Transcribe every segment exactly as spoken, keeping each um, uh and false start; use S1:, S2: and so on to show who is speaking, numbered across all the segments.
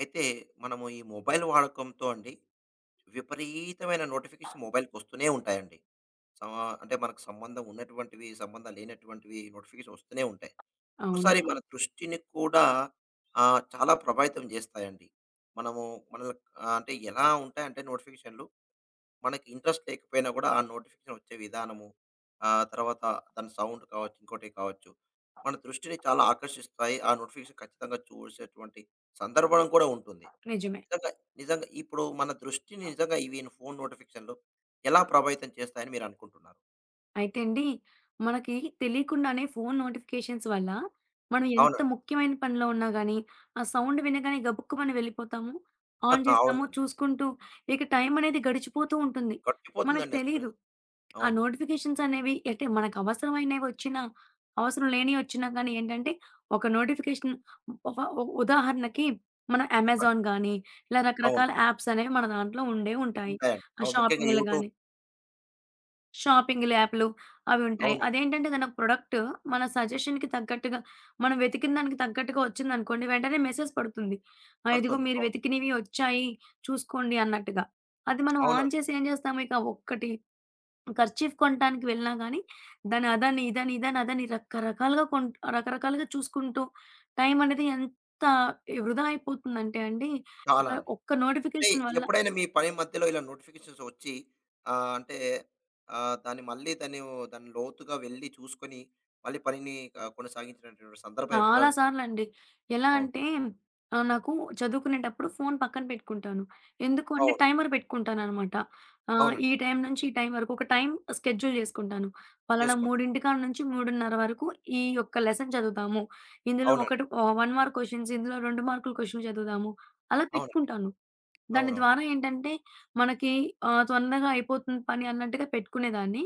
S1: అయితే మనము ఈ మొబైల్ వాడకంతో అండి విపరీతమైన నోటిఫికేషన్ మొబైల్కి వస్తూనే ఉంటాయండి. సమా అంటే మనకు సంబంధం ఉన్నటువంటివి, సంబంధం లేనటువంటివి నోటిఫికేషన్ వస్తూనే ఉంటాయి.
S2: అవును.
S1: ఒక్కోసారి అవును. మన దృష్టిని కూడా ఆహ్, చాలా ప్రభావితం జేస్తాయండి. మనము మనల్ని ఆహ్, అంటే ఎలా ఉంటాయంటే నోటిఫికేషన్‌లు మనకి ఇంట్రెస్ట్ లేకపోయినా కూడా ఆ నోటిఫికేషన్ వచ్చే విధానము, ఆహ్, తర్వాత దాని సౌండ్ కావచ్చు, ఇంకోటి కావచ్చు. మన దృష్టిని చాలా ఆకర్షిస్తాయి. ఆ నోటిఫికేషన్ ఖచ్చితంగా చూసేటువంటి సందర్భం కూడా ఉంటుంది.
S2: నిజమే.
S1: నిజంగా, నిజంగా ఇప్పుడు మన దృష్టిని నిజంగా ఇవి ఫోను నోటిఫికేషన్‌లు ఎలా ప్రభావితం చేస్తాయని మీరనుకుంటున్నారు?
S2: అయితే అండి, మనకి తెలియకుండానే ఫోను నోటిఫికేషన్స్ వల్ల, మనం ఎంత
S1: అవునండి.
S2: ముఖ్యమైన పనిలో ఉన్నా గానీ, ఆ సౌండ్ వినగానే గబుక్కుమని వెళ్ళిపోతాము. ఆన్ చేస్తాము,
S1: అవునండి.
S2: చూసుకుంటూ ఇక టైం అనేది గడిచిపోతూ ఉంటుంది. మనకు
S1: గడిచిపోతుందండి అసలు.
S2: తెలీదు. ఆ
S1: అవును.
S2: నోటిఫికేషన్స్ అనేవి అంటే మనకు అవసరమైనవి వచ్చినా, అవసరం లేనివి వచ్చినా కానీ ఏంటంటే, ఒక నోటిఫికేషన్ ఒక ఉ ఉదాహరణకి మన
S1: చెప్పండి.
S2: అమెజాన్ గానీ, ఇలా
S1: అవును.
S2: రకరకాల యాప్స్ అనేవి మన దాంట్లో ఉండే ఉంటాయి.
S1: ఉంటాయండి.
S2: ఆ
S1: అవును. ముఖ్యంగా
S2: షాపింగ్‌లు
S1: యూట్యూబ్
S2: గాని షాపింగ్‌ల యాప్‌లు అవి ఉంటాయి.
S1: అవునండి.
S2: అదేంటంటే ఏదైనా ప్రొడక్ట్ మన సజెషన్‌కి తగ్గట్టుగా మనం వెతికిన దానికి తగ్గట్టుగా వచ్చిందనుకోండి, వెంటనే మెసేజ్ పడుతుంది. ఆ! ఇదిగో
S1: పడుతుంది.
S2: మీరు
S1: అవును.
S2: వెతికినవి వచ్చాయి చూసుకోండి అన్నట్టుగా. అది మనం ఆన్
S1: అవునండి.
S2: చేసి ఏం చేస్తాము ఇక ఒక్కటి కర్చీఫ్ కొనటానికి వెళ్ళినా గానీ, దాన్ని అదని, ఇదని, ఇదని, అదని రకరకాలుగా కొంట్ రకరకాలుగా చూసుకుంటూ టైం అనేది ఎంత వృధా అయిపోతుందంటే అండి, ఇక
S1: చాలా అండి.
S2: ఒక్క
S1: అంటే
S2: నోటిఫికేషన్ వల్ల
S1: ఎప్పుడైనా మీ పని మధ్యలో ఇలా నోటిఫికేషన్స్ వచ్చి ఆహ్, అంటే ఆహ్, దాన్ని మళ్ళీ దాన్ని దాన్ని లోతుగా వెళ్లి చూసుకొని మళ్ళీ పనిని ఆహ్, కొనసాగించినటువంటి సందర్భం
S2: చాలా
S1: ఎప్పుడన్నా
S2: సార్లండి. ఎలా
S1: అవును.
S2: అంటే ఆహ్, నాకు చదువుకునేటప్పుడు ఫోను పక్కన పెట్టుకుంటాను. ఎందుకు అంటే
S1: అవును.
S2: టైమర్ పెట్టుకుంటాననమాట. ఆహ్,
S1: అవునండి.
S2: ఈ టైం నుంచి ఈ టైం వరకు ఒక టైం షెడ్యూల్ చేసుకుంటాను. పలానా
S1: చేసుకుంటాం.
S2: మూడు కాడ నుంచి మూడు ముప్పై వరకు ఈ యొక్క లెసన్ చదువుతాము. ఇందులో
S1: అవునండి.
S2: ఒకటి ఆహ్, ఒక మార్క్ క్వెషన్స్, ఇందులో రెండు మార్కులు క్వెషన్లు చదువుదాము. అలా
S1: అవునండి.
S2: పెట్టుకుంటాను. దాని
S1: అవునవును.
S2: ద్వారా ఏంటంటే మనకి ఆహ్, తొందరగా అయిపోతుంది పని అన్నట్టుగా పెట్టుకునేదాన్ని.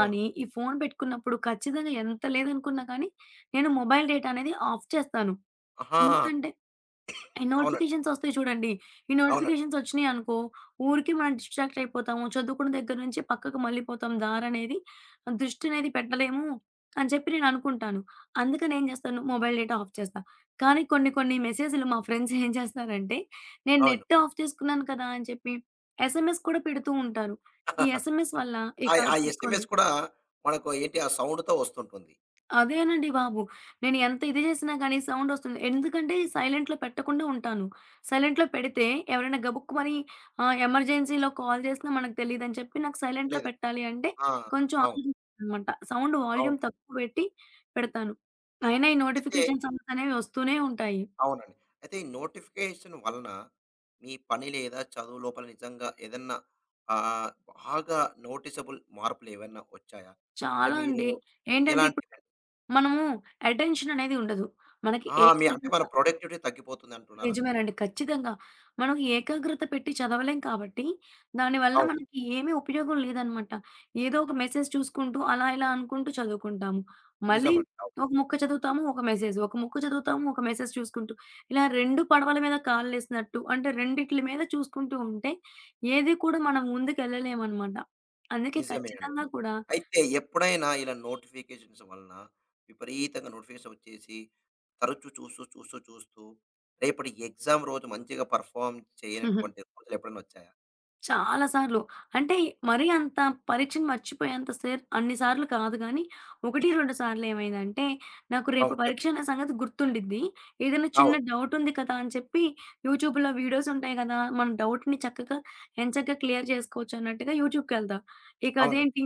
S1: అవును.
S2: ఈ ఫోను పెట్టుకున్నప్పుడు ఖచ్చితంగా ఎంత లేదనుకున్నా కానీ నేను మొబైల్ డేటా అనేది ఆఫ్ చేస్తాను.
S1: ఆహా!
S2: ఎందుకంటే ఈ
S1: అవునండి.
S2: నోటిఫికేషన్స్ వస్తాయి చూడండి. ఈ
S1: అవునండి.
S2: నోటిఫికేషన్స్ వచ్చినాయనుకో, ఊరికే మనం డిస్ట్రాక్ట్ అయిపోతాము. చదువుకున్న దగ్గర నుంచి పక్కకు మళ్ళిపోతాం. దారనేది దృష్టి అనేది పెట్టలేము అని చెప్పి నేను అనుకుంటాను. అందుకని ఏం చేస్తాను మొబైల్ డేటా ఆఫ్ చేస్తా. కానీ కొన్ని కొన్ని మెసేజ్‌లు మా ఫ్రెండ్స్ ఏం చేస్తారంటే, నేను
S1: అవును.
S2: నెట్ ఆఫ్ చేసుకున్నాను కదా! అని చెప్పి ఎస్ఎంఎస్ కూడా పెడుతూ ఉంటారు. ఈ ఎస్ఎంఎస్ వల్ల
S1: ఆ!
S2: ఇక
S1: ఆ
S2: చూసుకోండి
S1: ఎస్ఎంఎస్ కూడా మనకు ఏంటి ఆ సౌండ్‌తో వస్తుంటుంది.
S2: అదేనండి బాబు. నేను ఎంత ఇది చేసినా గాని సౌండొస్తుంది. ఎందుకంటే సైలెంట్‌లో పెట్టకుండా ఉంటాను. సైలెంట్‌లో పెడితే ఎవరైనా గబుక్కుమని ఆహ్, ఎమర్జెన్సీలో కాల్ చేసినా మనకు తెలీదని చెప్పి నాకు సైలెంట్‌లో
S1: లేదు.
S2: పెట్టాలి అంటే
S1: ఆ!
S2: కొంచెం
S1: అవును.
S2: ఆలోచిస్తాననమాట. సౌండ్ వాల్యూమ్
S1: అవునండి.
S2: తక్కువ పెట్టి పెడతాను. అయినా ఈ
S1: అయితే
S2: నోటిఫికేషన్ సౌండ్స్ అనేవి వస్తూనే ఉంటాయి.
S1: అవునండి. అయితే ఈ నోటిఫికేషన్ వలన మీ పని లేదా చదువు లోపల నిజంగా ఏదన్నా ఆహ్, బాగా నోటీసబుల్ మార్పులేవన్నా వచ్చాయా? అంటే
S2: చాలా
S1: మీరు
S2: అండి. ఏంటంటే ఇప్పుడు
S1: ఎలాంటివి?
S2: మనము అటెన్షన్ అనేది ఉండదు. మనకి
S1: ఆ! మీ అంటే
S2: ఏకాగ్రత
S1: మన ప్రొడక్టివిటీ తగ్గిపోతుందంటున్నారా?
S2: నిజమేనండి. ఖచ్చితంగా. మనం ఏకాగ్రత పెట్టి చదవలేం కాబట్టి, దానివల్ల
S1: అవును.
S2: మనకి ఏమీ ఉపయోగం లేదనమాట. ఏదో ఒక మెసేజ్ చూసుకుంటూ అలా ఇలా అనుకుంటూ చదువుకుంటాము. మళ్ళీ
S1: నిజమండి. అవును.
S2: ఒక ముక్క చదువుతాము, ఒక మెసేజ్. ఒక ముక్క చదువుతాము, ఒక మెసేజ్ చూసుకుంటూ. ఇలా రెండు పడవల మీద కాలేసినట్టు అంటే రెండిట్లి మీద చూసుకుంటూ ఉంటే, ఏది కూడా మనం ముందుకెళ్ళలేమనమాట. అందుకే
S1: నిజమే అండి.
S2: ఖచ్చితంగా కూడా
S1: అయితే ఎప్పుడైనా ఇలా నోటిఫికేషన్స్ వలన విపరీతంగా నోటిఫికేషన్ వచ్చేసి తరచూ చూస్తూ, చూస్తూ, చూస్తూ రేపటి ఎగ్జామ్ రోజు మంచిగా పెర్ఫార్మ్ చేయనటువంటి రోజులు ఎప్పుడైనా వచ్చాయా?
S2: చాలా సార్లు. అంటే మరీ అంత పరీక్షను మర్చిపోయేంత సేర్ అన్ని సార్లు కాదు గానీ, ఒకటి, రెండు సార్లు ఏమైందంటే, నాకు రేపు
S1: అవును.
S2: పరీక్ష
S1: చెప్పండి.
S2: అనే సంగతి గుర్తుండిద్ది. ఏదైనా చిన్న
S1: అవును.
S2: డౌట్ ఉంది కదా అని చెప్పి, యూట్యూబ్‌లో వీడియోస్ ఉంటాయి కదా! మన డౌట్‌ని చక్కగా ఎంచక్కా క్లియర్ చేసుకోవచ్చు అన్నట్టుగా యూట్యూబ్‌కెళ్తా. ఇక
S1: అవునండి.
S2: అదేంటి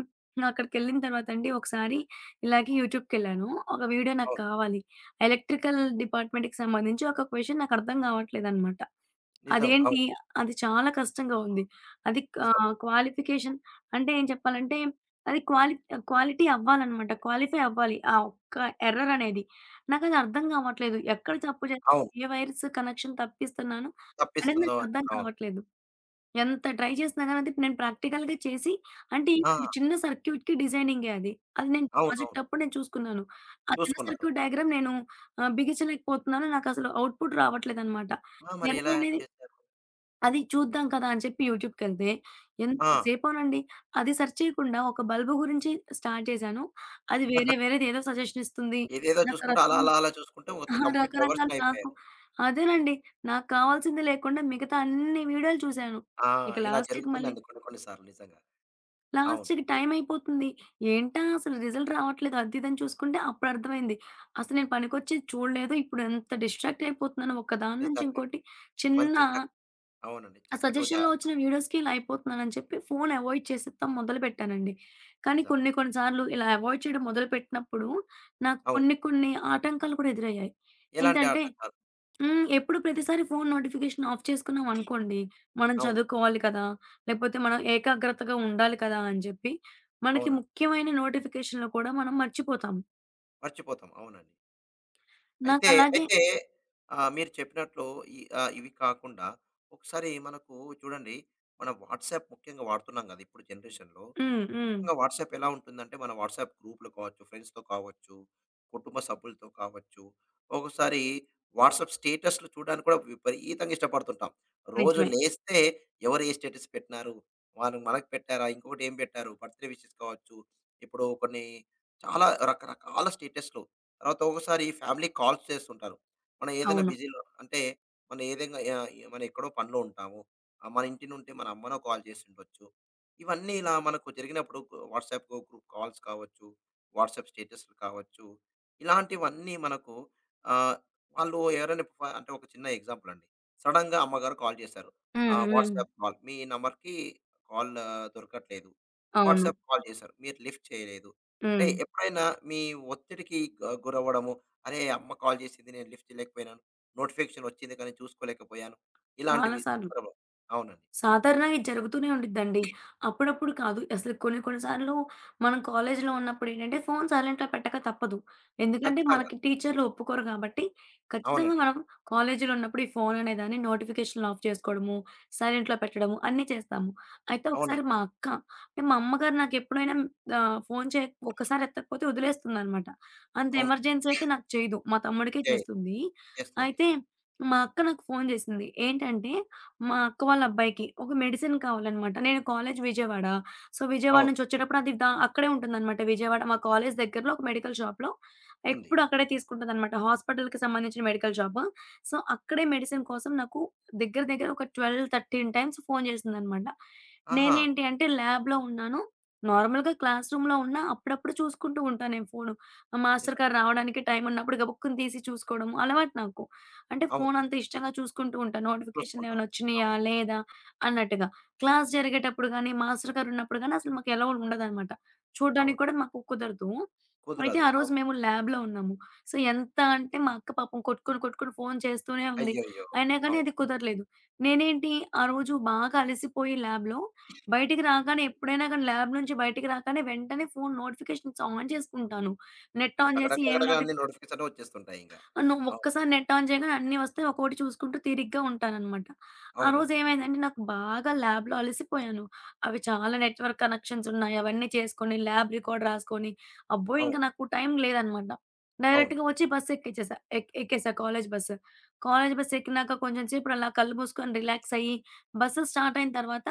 S2: అక్కడికెళ్ళిన తర్వాత అండి ఒకసారి ఇలాగే యూట్యూబ్‌కెళ్ళాను. ఒక వీడియో నాకు
S1: అవును.
S2: కావాలి. ఎలక్ట్రికల్ డిపార్ట్మెంట్‌కి సంబంధించి ఒక క్వెషన్ నాకు అర్థం కావట్లేదనమాట.
S1: నిజం.
S2: అదేంటి
S1: అవును.
S2: అది చాలా కష్టంగా ఉంది. అది
S1: నిజం.
S2: ఆహ్, క్వాలిఫికేషన్ అంటే ఏం చెప్పాలంటే అది క్వాలి క్వాలిటీ అవ్వాలనమాట. క్వాలిఫై అవ్వాలి. ఆ ఒక్క ఎర్రర్ అనేది. నాకది అర్థం కావట్లేదు. ఎక్కడ తప్పు చేశాను?
S1: అవును.
S2: ఏ వైర్స్ కనెక్షన్ తప్పిస్తున్నాను అనేది
S1: తప్పిస్తుందో
S2: నాకు
S1: అని.
S2: అర్థం
S1: అవును.
S2: కావట్లేదు. ఎంత ట్రై చేసినా గాని అది నేను ప్రాక్టికల్‌గా చేసి అంటే
S1: ఆ!
S2: ఏంటంటే చిన్న సర్క్యూట్‌కి డిజైనింగే అది. అది నేను ప్రాజెక్ట్
S1: అవునవును.
S2: అప్పుడు నేను చూసుకున్నాను. ఆ చిన్న
S1: చూసుకున్నారు.
S2: సర్క్యూట్ డయాగ్రామ్ నేను ఆహ్, బిగించలేకపోతున్నాను. నాకసలు ఔట్‌పుట్ రావట్లేదనమాట.
S1: ఆ! మరి
S2: ఎర్రర్
S1: ఎలా
S2: అనేది
S1: చేశారు?
S2: అది చూద్దాం కదా! అని చెప్పి యూట్యూబ్‌కెళ్తే ఎంత
S1: ఆ!
S2: సేపోనండి. అది సెర్చ్ చేయకుండా ఒక బల్బు గురించి స్టార్ట్ చేశాను. అది వేరే వేరేదేదో సజెషన్ ఇస్తుంది.
S1: ఏదేదో చూసుకుంటూ అలా,
S2: రకరకాల
S1: అలా, అలా చూసుకుంటే మొత్తం
S2: అహా!
S1: కంప్లీట్
S2: రకరకాల
S1: డైవర్షన్
S2: నాకు
S1: అయిపోయారు.
S2: అదేనండి. నాకు కావాల్సింది లేకుండా మిగతా అన్ని వీడియోలు చూశాను.
S1: ఆ!
S2: ఇక
S1: ఇలా
S2: లాస్ట్‌కి మళ్ళీ
S1: జరుగుతుందండి కొన్ని, కొన్ని సార్లు నిజంగా. అవును.
S2: లాస్ట్‌కి టైం అయిపోతుంది. ఏంటా అసలు రిజల్ట్ రావట్లేదు అది ఇదని చూసుకుంటే అప్పుడు అర్థమైంది. అసలు నేను పనికొచ్చేది చూడలేదు. ఇప్పుడు ఎంత డిస్ట్రాక్ట్ అయిపోతున్నాను. ఒకదాని నుంచి
S1: నిజంగా.
S2: ఇంకోటి చిన్న
S1: మంచి చక్ అవునండి.
S2: ఆ
S1: చక్కటి
S2: సజెషన్‌లో
S1: ఉదాహరణ.
S2: వచ్చిన వీడియోస్‌కి ఇలా అయిపోతున్నానని చెప్పి ఫోను అవాయిడ్ చేసేత్తం మొదలుపెట్టానండి. కానీ
S1: నిజం.
S2: కొన్ని కొన్ని సార్లు ఇలా అవాయిడ్ చేయడం మొదలుపెట్టినప్పుడు నాకు
S1: అవును.
S2: కొన్ని కొన్ని ఆటంకాలు కూడా ఎదురయ్యాయి.
S1: ఎలాంటి ఆట
S2: ఏంటంటే
S1: కాదు.
S2: హ్మ్. ఎప్పుడు ప్రతిసారి ఫోను నోటిఫికేషన్ ఆఫ్ చేసుకున్నాం అనుకోండి, మనం
S1: అవును.
S2: చదువుకోవాలి కదా! లేకపోతే మనం ఏకాగ్రతగా ఉండాలి కదా! అని చెప్పి మనకి
S1: అవునండి.
S2: ముఖ్యమైన నోటిఫికేషన్‌లు కూడా మనం మర్చిపోతాం.
S1: మర్చిపోతాం. అవునండి. అయితే,
S2: నాకలాగే
S1: అయితే ఆహ్, మీరు చెప్పినట్లు ఈ ఆహ్, ఇవి కాకుండా ఒకసారి మనకు చూడండి, మన వాట్సాప్ ముఖ్యంగా వాడుతున్నాం గదా! ఇప్పుడు జనరేషన్‌లో.
S2: హ్మ్. హ్మ్.
S1: ముఖ్యంగా వాట్సాప్ ఎలా ఉంటుందంటే, మన వాట్సాప్ గ్రూప్‌లో కావచ్చు, ఫ్రెండ్స్‌తో కావచ్చు, కుటుంబ సభ్యులతో కావచ్చు, ఒక్కొక్కసారి వాట్సాప్ స్టేటస్‌లు చూడడానికి కూడా విపరీతంగా ఇష్టపడుతుంటాం. రోజు
S2: నిజమే.
S1: లేస్తే ఎవరు ఏ స్టేటస్ పెట్టినారు? వాళ్ళు మనకు పెట్టారా? ఇంకొకటి ఏం పెట్టారు? బర్త్‌డే విషెస్ కావచ్చు, ఇప్పుడు కొన్ని చాలా రకరకాల స్టేటస్‌లు. తర్వాత ఒక్కొక్కసారి ఫ్యామిలీ కాల్స్ చేస్తుంటారు. మనం ఏదైనా
S2: అవును.
S1: బిజీలో అంటే మనం ఏదైనా ఆహ్, మనం ఎక్కడో పనిలో ఉంటాము. ఆహ్, మన ఇంటి నుండి మన అమ్మనో కాల్ చేసి ఉండొచ్చు. ఇవన్నీ ఇలా మనకు జరిగినప్పుడు గు వాట్సాప్ గ్రూ గ్రూప్ కాల్స్ కావచ్చు, వాట్సాప్ స్టేటస్‌లు కావచ్చు, ఇలాంటివన్నీ మనకు ఆహ్, వాళ్ళు ఎవరైనా ఫ అంటే ఒక చిన్న ఎగ్జాంపుల్ అండి. సడెన్‌గా అమ్మగారు కాల్ చేశారు.
S2: హ్మ్.
S1: ఆహ్,
S2: హ్మ్.
S1: వాట్సాప్ కాల్ మీ నంబర్‌కి కాల్ దొరకట్లేదు.
S2: అవును.
S1: వాట్సాప్ కాల్ చేశారు. మీరు లిఫ్ట్ చేయలేదు. అంటే
S2: హ్మ్.
S1: ఎప్పుడైనా మీ ఒత్తిడికి గ గురవ్వడము, అరే! అమ్మ కాల్ చేసింది నేను లిఫ్ట్ చేయలేకపోయినాను. నోటిఫికేషన్ వచ్చింది కానీ చూసుకోలేకపోయాను.
S2: చాలా
S1: ఇలాంటివి
S2: సార్లు.
S1: సందర్భం అవునండి.
S2: సాధారణంగా ఇది జరుగుతూనే ఉండిద్దండి. అప్పుడప్పుడు కాదు. అసలు కొన్ని కొన్ని సార్లు మనం కాలేజీలో ఉన్నప్పుడేంటంటే, ఫోన్ సైలెంట్‌లో పెట్టక తప్పదు. ఎందుకంటే,
S1: ఖచ్చితంగా.
S2: మనకి టీచర్లు ఒప్పుకోరు కాబట్టి, ఖచ్చితంగా
S1: అవునండి.
S2: మనం కాలేజీలో ఉన్నప్పుడు ఈ ఫోన్ అనే దాన్ని నోటిఫికేషన్‌లు ఆఫ్ చేసుకోవడము, సైలెంట్‌లో పెట్టడము అన్నీ చేస్తాము. అయితే ఒకసారి
S1: అవునండి.
S2: మా అక్క అంటే, మా అమ్మగారు నాకెప్పుడైనా ఆహ్, ఫోన్ చే ఒక్కసారి ఎత్తకపోతే వదిలేస్తుందనమాట. అంత
S1: అవును.
S2: ఎమర్జెన్సీ అయితే నాకు చేయదు. మా తమ్ముడికే
S1: చే
S2: చేస్తుంది.
S1: చేస్తుంది.
S2: అయితే మా అక్క నాకు ఫోన్ చేసింది. ఏంటంటే మా అక్క వాళ్ళ అబ్బాయికి ఒక మెడిసిన్ కావాలనమాట. నేను కాలేజ్ విజయవాడ. సో, విజయవాడ
S1: అవును.
S2: నుంచొచ్చేటప్పుడు అది దా అక్కడే ఉంటుందనమాట. విజయవాడ మా కాలేజ్ దగ్గరలో ఒక మెడికల్ షాప్‌లో
S1: ఉంది.
S2: ఎప్పుడు అక్కడే తీసుకుంటదనమాట. హాస్పిటల్‌కి సంబంధించిన మెడికల్ షాపు. సో, అక్కడే మెడిసిన్ కోసం నాకు దగ్గర దగ్గర ఒక పన్నెండు, పదమూడు టైమ్స్ ఫోను చేసిందనమాట.
S1: ఆహా!
S2: నేనేంటి అంటే ల్యాబ్‌లో ఉన్నాను. నార్మల్‌గా క్లాస్ రూమ్‌లో ఉన్నా అప్పుడప్పుడు చూసుకుంటూ ఉంటాను నేను ఫోను. మా మాస్టర్
S1: నిజం.
S2: గారు రావడానికి టైం ఉన్నప్పుడు గబుక్కున తీసి చూసుకోవడం అలవాటు నాకు. అంటే
S1: అవును.
S2: ఫోనంత ఇష్టంగా చూసుకుంటూ ఉంటా.
S1: చూసుకుంటాం.
S2: నోటిఫికేషన్‌లేమైనా వచ్చినయా?
S1: అవును.
S2: లేదా? అన్నట్టుగా. క్లాస్ జరిగేటప్పుడు గానీ, మాస్టర్ గారున్నప్పుడు గానీ అసలు మాకు ఎలౌడ్ ఉండదనమాట.
S1: అవును.
S2: చూడడానికి కూడా మాకు కుదరదు. అయితే
S1: కుదరదు.
S2: ఆ రోజు
S1: అవును.
S2: మేము ల్యాబ్‌లో ఉన్నాము. సో, ఎంత అంటే మా అక్క పాపం కొట్టుకొని, కొట్టుకొని ఫోను చేస్తూనే ఉంది.
S1: అయ్యయ్యో!
S2: అయినా కానీ
S1: అవును.
S2: అది కుదరలేదు. నేనేంటి ఆ రోజు బాగా అలసిపోయి ల్యాబ్‌లో బయటికి రాగానే ఎప్పుడైనా కానీ ల్యాబ్ నుంచి బయటికి రాగానే వెంటనే ఫోను నోటిఫికేషన్స్ ఆన్ చేసుకుంటాను. నెట్
S1: ఇంక
S2: ఆన్
S1: టక
S2: చేసి
S1: టక
S2: ఏం
S1: టక అన్ని
S2: నోటిఫి
S1: నోటిఫికేషన్‌లు వచ్చేస్తుంటాయింక.
S2: ఆ, నువ్వు
S1: అవును.
S2: ఒక్కసారి నెట్ ఆన్ చేయగానే అన్నీ వస్తాయి. ఒక్కోటి చూసుకుంటూ తీరిగ్గా ఉంటాననమాట. ఆ రోజు
S1: అవునండి.
S2: ఏమైందంటే నాకు బాగా ల్యాబ్‌లో అలసిపోయాను. అవి చాలా నెట్‌వర్క్ కనెక్షన్స్ ఉన్నాయి. అవన్నీ చేసుకొని, ల్యాబ్ రికార్డ్ రాసుకొని, అబ్బో!
S1: అవును.
S2: ఇంక నాకు టైం లేదనమాట.
S1: అవును.
S2: డైరెక్ట్‌గా వచ్చి బస్ ఎక్కిచ్చేసా. ఎక్ ఎక్కేసా కాలేజ్ బస్సు. కాలేజ్ బస్ ఎక్కినాక కొంచెం సేపు అలా కళ్ళు మూసుకొని రిలాక్స్ అయ్యి, బస్సు స్టార్ట్ అయిన తర్వాత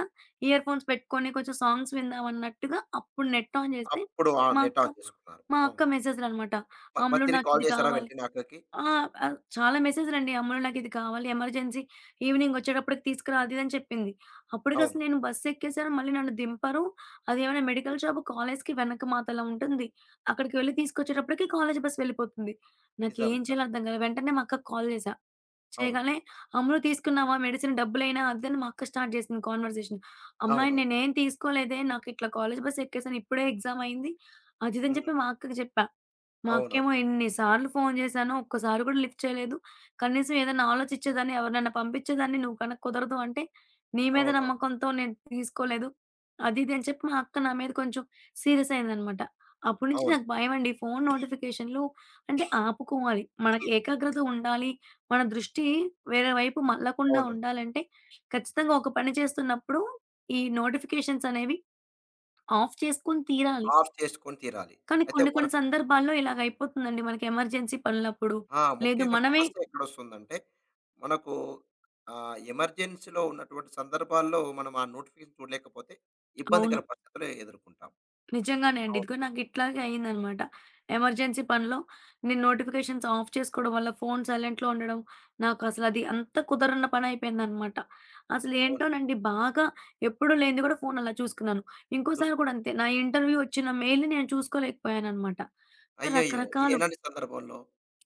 S2: ఇయర్ ఫోన్స్ పెట్టుకొని కొంచెం సాంగ్స్ విందాం అన్నట్టుగా అప్పుడు నెట్ ఆన్ చేస్తే
S1: అప్పుడు ఆ
S2: మా
S1: నెట్
S2: అక్క
S1: ఆన్ చేసుకున్నారు.
S2: మా
S1: అవును.
S2: అక్క మెసేజ్‌లనమాట.
S1: మ మరి
S2: "అమ్ములు
S1: తిరిగి కాల్
S2: నాకిది
S1: చేసారా
S2: కావాలి."
S1: వెంటనే అక్కకి?
S2: ఆ! ఆహ్, చాలా మెసేజ్‌లండి. అమ్మో! నాకిది కావాలి ఎమర్జెన్సీ ఈవినింగొచ్చేటప్పటికి తీసుకురా అది ఇది అని చెప్పింది.
S1: అవును.
S2: అప్పటికసలు నేను బస్సెక్కేసాను. మళ్ళీ నన్ను దింపరు. అదేమైనా మెడికల్ షాప్ కాలేజ్‌కి వెనక మాతల ఉంటుంది. అక్కడికి వెళ్లి తీసుకొచ్చేటప్పటికి కాలేజ్ బస్ వెళ్ళిపోతుంది.
S1: నిజం.
S2: నాకేం
S1: నిజం.
S2: చేయాలో అర్థం కాలే. వెంటనే మా అక్కకి కాల్ చేశా.
S1: అవును.
S2: చేయగానే "అమ్ములు తీసుకున్నావా మెడిసిన్ డబ్బులైనా?" అది అని మా అక్క స్టార్ట్ చేసింది కాన్వర్సేషన్. "అమ్మాయి
S1: అవును.
S2: నేనేం తీసుకోలేదే. నాకు ఇట్లా కాలేజ్ బస్ ఎక్కేసాను. ఇప్పుడే ఎగ్జామ్ అయింది." అది ఇది అని
S1: హ్మ్.
S2: చెప్పి మా అక్కకి చెప్పా. మా అక్కేమో
S1: అవునవును.
S2: ఎన్ని సార్లు ఫోను జేశానో ఒక్కసారి గూడా లిఫ్ట్ చేయలేదు. కనీసం ఏదైనా ఆలోచిచ్చేదాన్ని, ఎవరినైనా పంపిచ్చేదాన్ని. నువ్వు గనక కుదరదు అంటే, నీ మీద
S1: అవునవును. అవును.
S2: నమ్మకంతో నేను తీసుకోలేదు. అది ఇది అని చెప్పి మా అక్క నా మీద కొంచెం సీరియస్ అయిందనమాట. అప్పటి నుంచి
S1: అవును.
S2: నాకు భయమండి. ఫోను నోటిఫికేషన్‌లు అంటే ఆపుకోవాలి. మనకి ఏకాగ్రత ఉండాలి. మన దృష్టి వేరే వైపు మళ్ళకుండా
S1: అవునండి.
S2: ఉండాలంటే, ఖచ్చితంగా ఒక పని చేస్తున్నప్పుడు ఈ నోటిఫికేషన్స్ అనేవి ఆఫ్ చేసుకొని తీరాలి.
S1: ఆఫ్ చేసుకొని తీరాలి.
S2: కానీ
S1: అయితే
S2: కొన్ని కొన్ని
S1: వర్క్
S2: సందర్భాల్లో ఇలాగయిపోతుందండి మనకి ఎమర్జెన్సీ పనులప్పుడు.
S1: ఆ!
S2: లేదు
S1: ముఖ్యంగా
S2: మనమే
S1: సమస్య ఎక్కడొస్తుందంటే, మనకు ఆహ్, ఎమర్జెన్సీలో ఉన్నటువంటి సందర్భాల్లో మనం ఆ నోటిఫికేషన్ చూడలేకపోతే ఇబ్బందికర
S2: అవును.
S1: పరిస్థితులు ఎదుర్కొంటాం.
S2: నిజంగానే అండి.
S1: అవును.
S2: ఇదిగో నాకిట్లాగే అయిందనమాట. ఎమర్జెన్సీ పనిలో నేను నోటిఫికేషన్స్ ఆఫ్ చేసుకోవడం వల్ల, ఫోను సైలెంట్‌లో ఉండడం, నాకసలది అంత కుదరని పనయిపోయిందనమాట.
S1: అవును.
S2: అసలేంటోనండి బాగా ఎప్పుడూ లేనిది గూడా ఫోను అలా చూసుకున్నాను. ఇంకోసారి గూడా
S1: చూసుకుంటాం.
S2: అంతే. నా ఇంటర్వ్యూ వచ్చిన మెయిల్‌ని నేను చూసుకోలేకపోయాననమాట.
S1: అయ్యయ్యో! ఏ-
S2: రకరకాలు
S1: ఎలాంటి సందర్భంలో?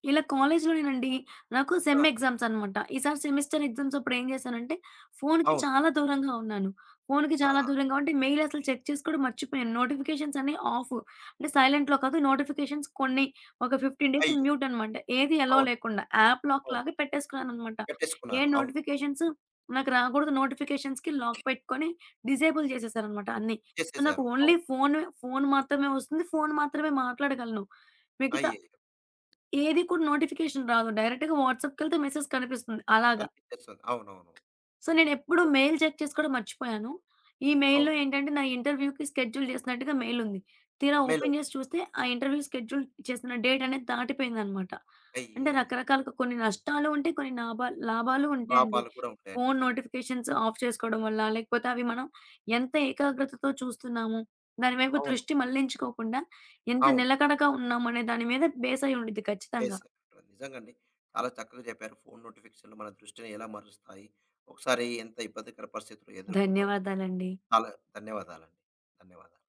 S2: ఇలా కాలేజ్‌లోనేనండి. నాకు
S1: ఆ!
S2: సెమ్ ఎగ్జామ్స్ అనమాట. ఈసారి సెమిస్టర్ ఎగ్జామ్స్ అప్పుడు ఏం చేశానంటే, ఫోన్‌కి
S1: అవును.
S2: చాలా దూరంగా ఉన్నాను. ఫోన్‌కి చాలా
S1: ఆ!
S2: దూరంగా ఉంటే మెయిల్ అసలు చెక్ చేసుకోవడం మర్చిపోయాను. నోటిఫికేషన్స్ అన్నీ ఆఫ్. అంటే సైలెంట్‌లో కాదు నోటిఫికేషన్స్ కొన్ని ఒక పదిహేను డేస్
S1: అయ్యో!
S2: మ్యూట్ అనమాట. ఏది ఎలో
S1: అవును.
S2: లేకుండా యాప్ లాక్
S1: అవును.
S2: లాగా పెట్టేసుకున్నాననమాట. ఏ
S1: పెట్టేసుకున్నారు. అవును.
S2: నోటిఫికేషన్స్ నాకు రాకూడదు నోటిఫికేషన్స్‌కి లాక్ పెట్టుకొని డిసేబుల్ చేసేసారనమాట అన్నీ. నాకు
S1: చేసేసారు. అవును.
S2: ఓన్లీ ఫోను, ఫోను మాత్రమే వస్తుంది. ఫోను మాత్రమే మాట్లాడగలను. మిగతా
S1: అయ్యయ్యో!
S2: ఏది కూడా నోటిఫికేషన్ రాదు. డైరెక్ట్‌గా వాట్సాప్‌కెళ్తే మెసేజ్ కనిపిస్తుంది. అలాగా.
S1: కనిపించేస్తుంది. అవునవును.
S2: సో, నేనెప్పుడు మెయిల్ చెక్ చేసుకోవడం మర్చిపోయాను. ఈ
S1: అవును.
S2: మెయిల్‌లో ఏంటంటే నా ఇంటర్వ్యూకి షెడ్యూల్ చేసినట్టుగా మెయిల్ ఉంది. తీరా
S1: మెయిల్
S2: ఓపెన్ చేసి
S1: ఒచ్చింది.
S2: చూస్తే ఆ ఇంటర్వ్యూ షెడ్యూల్ చేసిన డేట్ అనేది దాటిపోయిందనమాట. అంటే
S1: అయ్యయ్యో!
S2: రకరకాలుగా కొన్ని నష్టాలు ఉంటాయి. కొన్ని నాభా లాభాలు ఉంటాయండి.
S1: పాపాలు కూడా ఉంటాయండి
S2: ఫోను
S1: నిజంగా.
S2: నోటిఫికేషన్స్ ఆఫ్ చేసుకోవడం వల్ల, లేకపోతే అవి మనం ఎంత ఏకాగ్రతతో చూస్తున్నాము, దాని వైపు
S1: అవును.
S2: దృష్టి మళ్లించుకోకుండా ఎంత
S1: అవును.
S2: నిలకడగా ఉన్నామనే దాని మీద బేస్ అయి ఉండిద్ది ఖచ్చితంగా.
S1: వేశారు. నిజంగండి. చాలా చక్కగా చెప్పారు. ఫోను నోటిఫికేషన్‌లు మన దృష్టిని ఎలా మరుస్తాయి? ఒకసారి ఎంత ఇబ్బందికర పరిస్థితులు ఎదుర్కొంటాం.
S2: ధన్యవాదాలండి.
S1: చాలా ధన్యవాదాలండి. ధన్యవాదాలు.